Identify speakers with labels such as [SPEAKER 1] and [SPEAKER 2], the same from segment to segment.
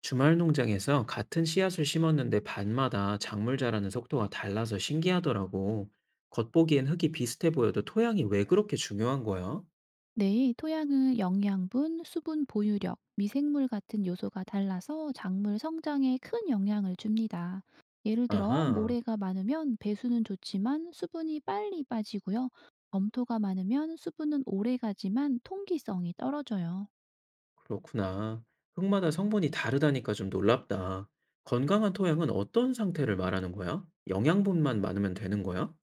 [SPEAKER 1] 주말 농장에서 같은 씨앗을 심었는데 밭마다 작물 자라는 속도가 달라서 신기하더라고. 겉보기엔 흙이 비슷해 보여도 토양이 왜 그렇게 중요한 거야?
[SPEAKER 2] 네, 토양은 영양분, 수분 보유력, 미생물 같은 요소가 달라서 작물 성장에 큰 영향을 줍니다. 예를 들어,
[SPEAKER 1] 아하,
[SPEAKER 2] 모래가 많으면 배수는 좋지만 수분이 빨리 빠지고요. 검토가 많으면 수분은 오래 가지만 통기성이 떨어져요.
[SPEAKER 1] 그렇구나. 흙마다 성분이 다르다니까 좀 놀랍다. 건강한 토양은 어떤 상태를 말하는 거야? 영양분만 많으면 되는 거야?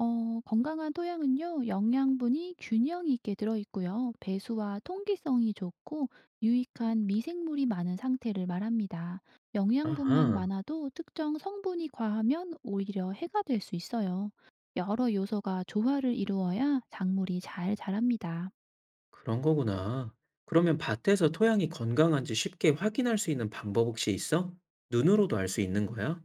[SPEAKER 2] 건강한 토양은요, 영양분이 균형 있게 들어있고요, 배수와 통기성이 좋고, 유익한 미생물이 많은 상태를 말합니다. 영양분만
[SPEAKER 1] 아하,
[SPEAKER 2] 많아도 특정 성분이 과하면 오히려 해가 될 수 있어요. 여러 요소가 조화를 이루어야 작물이 잘 자랍니다.
[SPEAKER 1] 그런 거구나. 그러면 밭에서 토양이 건강한지 쉽게 확인할 수 있는 방법 혹시 있어? 눈으로도 알 수 있는 거야?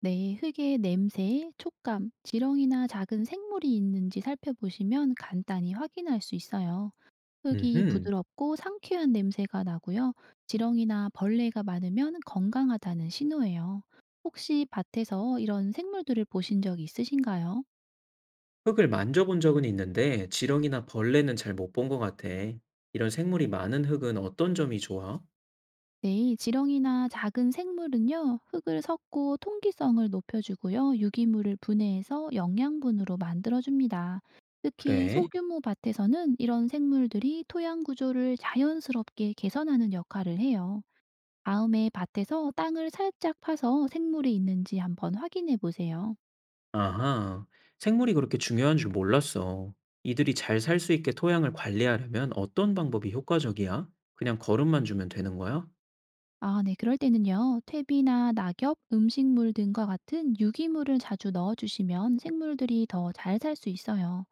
[SPEAKER 2] 네, 흙의 냄새, 촉감, 지렁이나 작은 생물이 있는지 살펴보시면 간단히 확인할 수 있어요. 흙이
[SPEAKER 1] 음흠.
[SPEAKER 2] 부드럽고 상쾌한 냄새가 나고요. 지렁이나 벌레가 많으면 건강하다는 신호예요. 혹시 밭에서 이런 생물들을 보신 적 있으신가요?
[SPEAKER 1] 흙을 만져본 적은 있는데 지렁이나 벌레는 잘 못 본 것 같아. 이런 생물이 많은 흙은 어떤 점이 좋아?
[SPEAKER 2] 네, 지렁이나 작은 생물은요, 흙을 섞고 통기성을 높여주고요, 유기물을 분해해서 영양분으로 만들어줍니다. 특히
[SPEAKER 1] 그래?
[SPEAKER 2] 소규모 밭에서는 이런 생물들이 토양 구조를 자연스럽게 개선하는 역할을 해요. 다음에 밭에서 땅을 살짝 파서 생물이 있는지 한번 확인해 보세요.
[SPEAKER 1] 아하, 생물이 그렇게 중요한 줄 몰랐어. 이들이 잘 살 수 있게 토양을 관리하려면 어떤 방법이 효과적이야? 그냥 거름만 주면 되는 거야?
[SPEAKER 2] 아, 네. 그럴 때는요, 퇴비나 낙엽, 음식물 등과 같은 유기물을 자주 넣어주시면 생물들이 더 잘 살 수 있어요.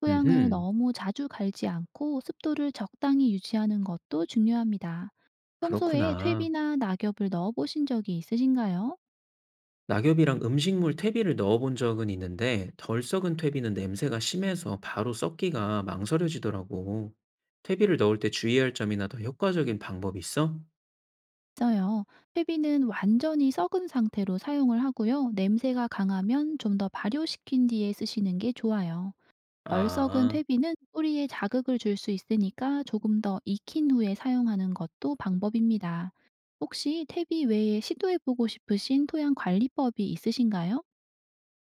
[SPEAKER 2] 토양을
[SPEAKER 1] 음흠,
[SPEAKER 2] 너무 자주 갈지 않고 습도를 적당히 유지하는 것도 중요합니다. 평소에
[SPEAKER 1] 그렇구나.
[SPEAKER 2] 퇴비나 낙엽을 넣어보신 적이 있으신가요?
[SPEAKER 1] 낙엽이랑 음식물 퇴비를 넣어본 적은 있는데 덜 썩은 퇴비는 냄새가 심해서 바로 썩기가 망설여지더라고. 퇴비를 넣을 때 주의할 점이나 더 효과적인 방법이 있어?
[SPEAKER 2] 있어요. 퇴비는 완전히 썩은 상태로 사용을 하고요. 냄새가 강하면 좀 더 발효시킨 뒤에 쓰시는 게 좋아요. 얼썩은
[SPEAKER 1] 아,
[SPEAKER 2] 퇴비는 뿌리에 자극을 줄 수 있으니까 조금 더 익힌 후에 사용하는 것도 방법입니다. 혹시 퇴비 외에 시도해보고 싶으신 토양 관리법이 있으신가요?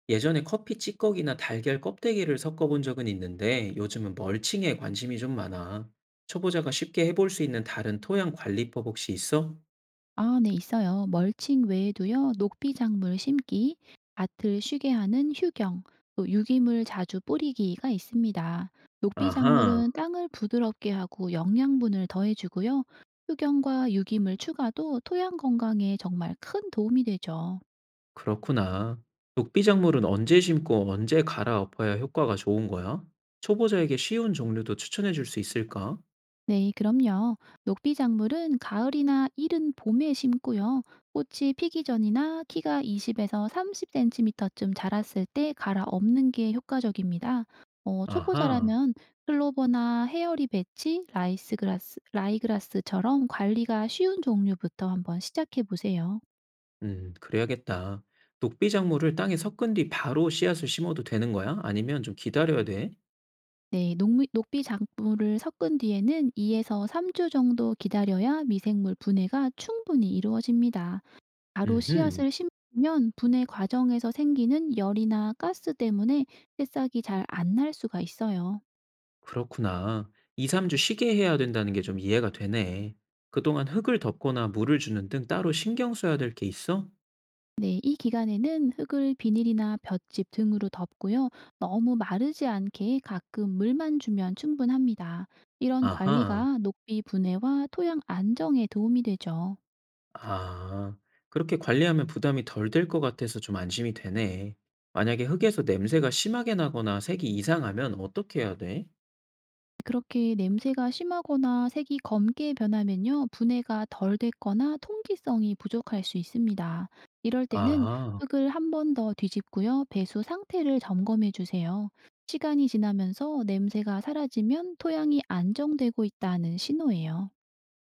[SPEAKER 1] 예전에 커피 찌꺼기나 달걀 껍데기를 섞어 본 적은 있는데 요즘은 멀칭에 관심이 좀 많아. 초보자가 쉽게 해볼 수 있는 다른 토양 관리법 혹시 있어?
[SPEAKER 2] 아, 네, 있어요. 멀칭 외에도요, 녹비작물 심기, 밭을 쉬게 하는 휴경, 또 유기물 자주 뿌리기가 있습니다.
[SPEAKER 1] 아하,
[SPEAKER 2] 녹비작물은 땅을 부드럽게 하고 영양분을 더해주고요. 휴경과 유기물 추가도 토양 건강에 정말 큰 도움이 되죠.
[SPEAKER 1] 그렇구나. 녹비작물은 언제 심고 언제 갈아엎어야 효과가 좋은 거야? 초보자에게 쉬운 종류도 추천해 줄 수 있을까?
[SPEAKER 2] 네, 그럼요. 녹비작물은 가을이나 이른 봄에 심고요. 꽃이 피기 전이나 키가 20에서 30cm쯤 자랐을 때 갈아 엎는 게 효과적입니다.
[SPEAKER 1] 아하,
[SPEAKER 2] 초보자라면 클로버나 헤어리 배치, 라이스그라스, 라이그라스처럼 관리가 쉬운 종류부터 한번 시작해 보세요.
[SPEAKER 1] 그래야겠다. 녹비작물을 땅에 섞은 뒤 바로 씨앗을 심어도 되는 거야? 아니면 좀 기다려야 돼?
[SPEAKER 2] 네, 녹비 작물을 섞은 뒤에는 2에서 3주 정도 기다려야 미생물 분해가 충분히 이루어집니다. 바로
[SPEAKER 1] 음흠.
[SPEAKER 2] 씨앗을 심으면 분해 과정에서 생기는 열이나 가스 때문에 새싹이 잘 안 날 수가 있어요.
[SPEAKER 1] 그렇구나. 2-3주 쉬게 해야 된다는 게 좀 이해가 되네. 그동안 흙을 덮거나 물을 주는 등 따로 신경 써야 될 게 있어?
[SPEAKER 2] 네, 이 기간에는 흙을 비닐이나 볏짚 등으로 덮고요. 너무 마르지 않게 가끔 물만 주면 충분합니다. 이런
[SPEAKER 1] 아하.
[SPEAKER 2] 관리가 녹비 분해와 토양 안정에 도움이 되죠.
[SPEAKER 1] 아. 그렇게 관리하면 부담이 덜 될 것 같아서 좀 안심이 되네. 만약에 흙에서 냄새가 심하게 나거나 색이 이상하면 어떻게 해야 돼?
[SPEAKER 2] 그렇게 냄새가 심하거나 색이 검게 변하면요, 분해가 덜 됐거나 통기성이 부족할 수 있습니다. 이럴 때는
[SPEAKER 1] 아,
[SPEAKER 2] 흙을 한번 더 뒤집고요, 배수 상태를 점검해 주세요. 시간이 지나면서 냄새가 사라지면 토양이 안정되고 있다는 신호예요.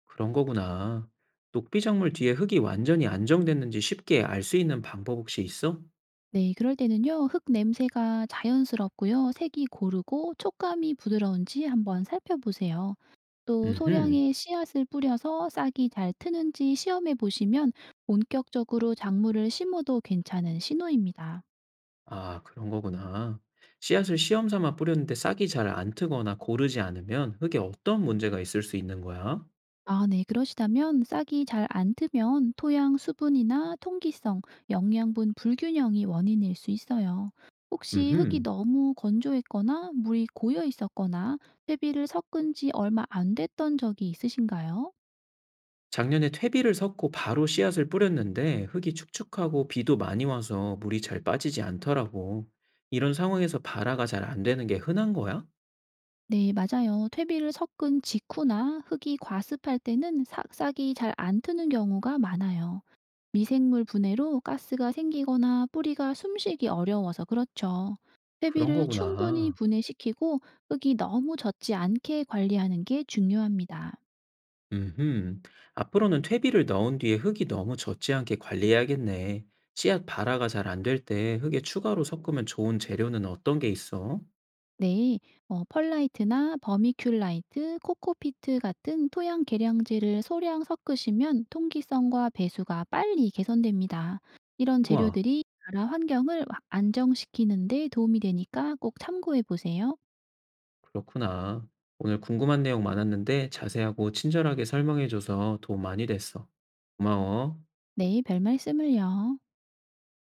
[SPEAKER 1] 그런 거구나. 녹비작물 뒤에 흙이 완전히 안정됐는지 쉽게 알 수 있는 방법 혹시 있어?
[SPEAKER 2] 네, 그럴 때는요, 흙 냄새가 자연스럽고요, 색이 고르고 촉감이 부드러운지 한번 살펴보세요. 또
[SPEAKER 1] 음흠.
[SPEAKER 2] 소량의 씨앗을 뿌려서 싹이 잘 트는지 시험해 보시면 본격적으로 작물을 심어도 괜찮은 신호입니다.
[SPEAKER 1] 아 그런 거구나. 씨앗을 시험 삼아 뿌렸는데 싹이 잘 안 트거나 고르지 않으면 흙에 어떤 문제가 있을 수 있는 거야?
[SPEAKER 2] 아, 네. 그러시다면 싹이 잘 안 트면 토양 수분이나 통기성, 영양분 불균형이 원인일 수 있어요. 혹시 흙이
[SPEAKER 1] 음흠.
[SPEAKER 2] 너무 건조했거나 물이 고여 있었거나 퇴비를 섞은 지 얼마 안 됐던 적이 있으신가요?
[SPEAKER 1] 작년에 퇴비를 섞고 바로 씨앗을 뿌렸는데 흙이 축축하고 비도 많이 와서 물이 잘 빠지지 않더라고. 이런 상황에서 발화가 잘 안 되는 게 흔한 거야?
[SPEAKER 2] 네, 맞아요. 퇴비를 섞은 직후나 흙이 과습할 때는 싹이 잘 안 트는 경우가 많아요. 미생물 분해로 가스가 생기거나 뿌리가 숨쉬기 어려워서 그렇죠.
[SPEAKER 1] 그런
[SPEAKER 2] 퇴비를 충분히
[SPEAKER 1] 거구나.
[SPEAKER 2] 분해시키고 흙이 너무 젖지 않게 관리하는 게 중요합니다.
[SPEAKER 1] 음흠. 앞으로는 퇴비를 넣은 뒤에 흙이 너무 젖지 않게 관리해야겠네. 씨앗 발화가 잘 안 될 때 흙에 추가로 섞으면 좋은 재료는 어떤 게 있어?
[SPEAKER 2] 네, 펄라이트나 버미큘라이트, 코코피트 같은 토양 계량제를 소량 섞으시면 통기성과 배수가 빨리 개선됩니다. 이런
[SPEAKER 1] 우와.
[SPEAKER 2] 재료들이 나라 환경을 안정시키는 데 도움이 되니까 꼭 참고해 보세요.
[SPEAKER 1] 그렇구나. 오늘 궁금한 내용 많았는데 자세하고 친절하게 설명해줘서 도움 많이 됐어. 고마워.
[SPEAKER 2] 네, 별 말씀을요.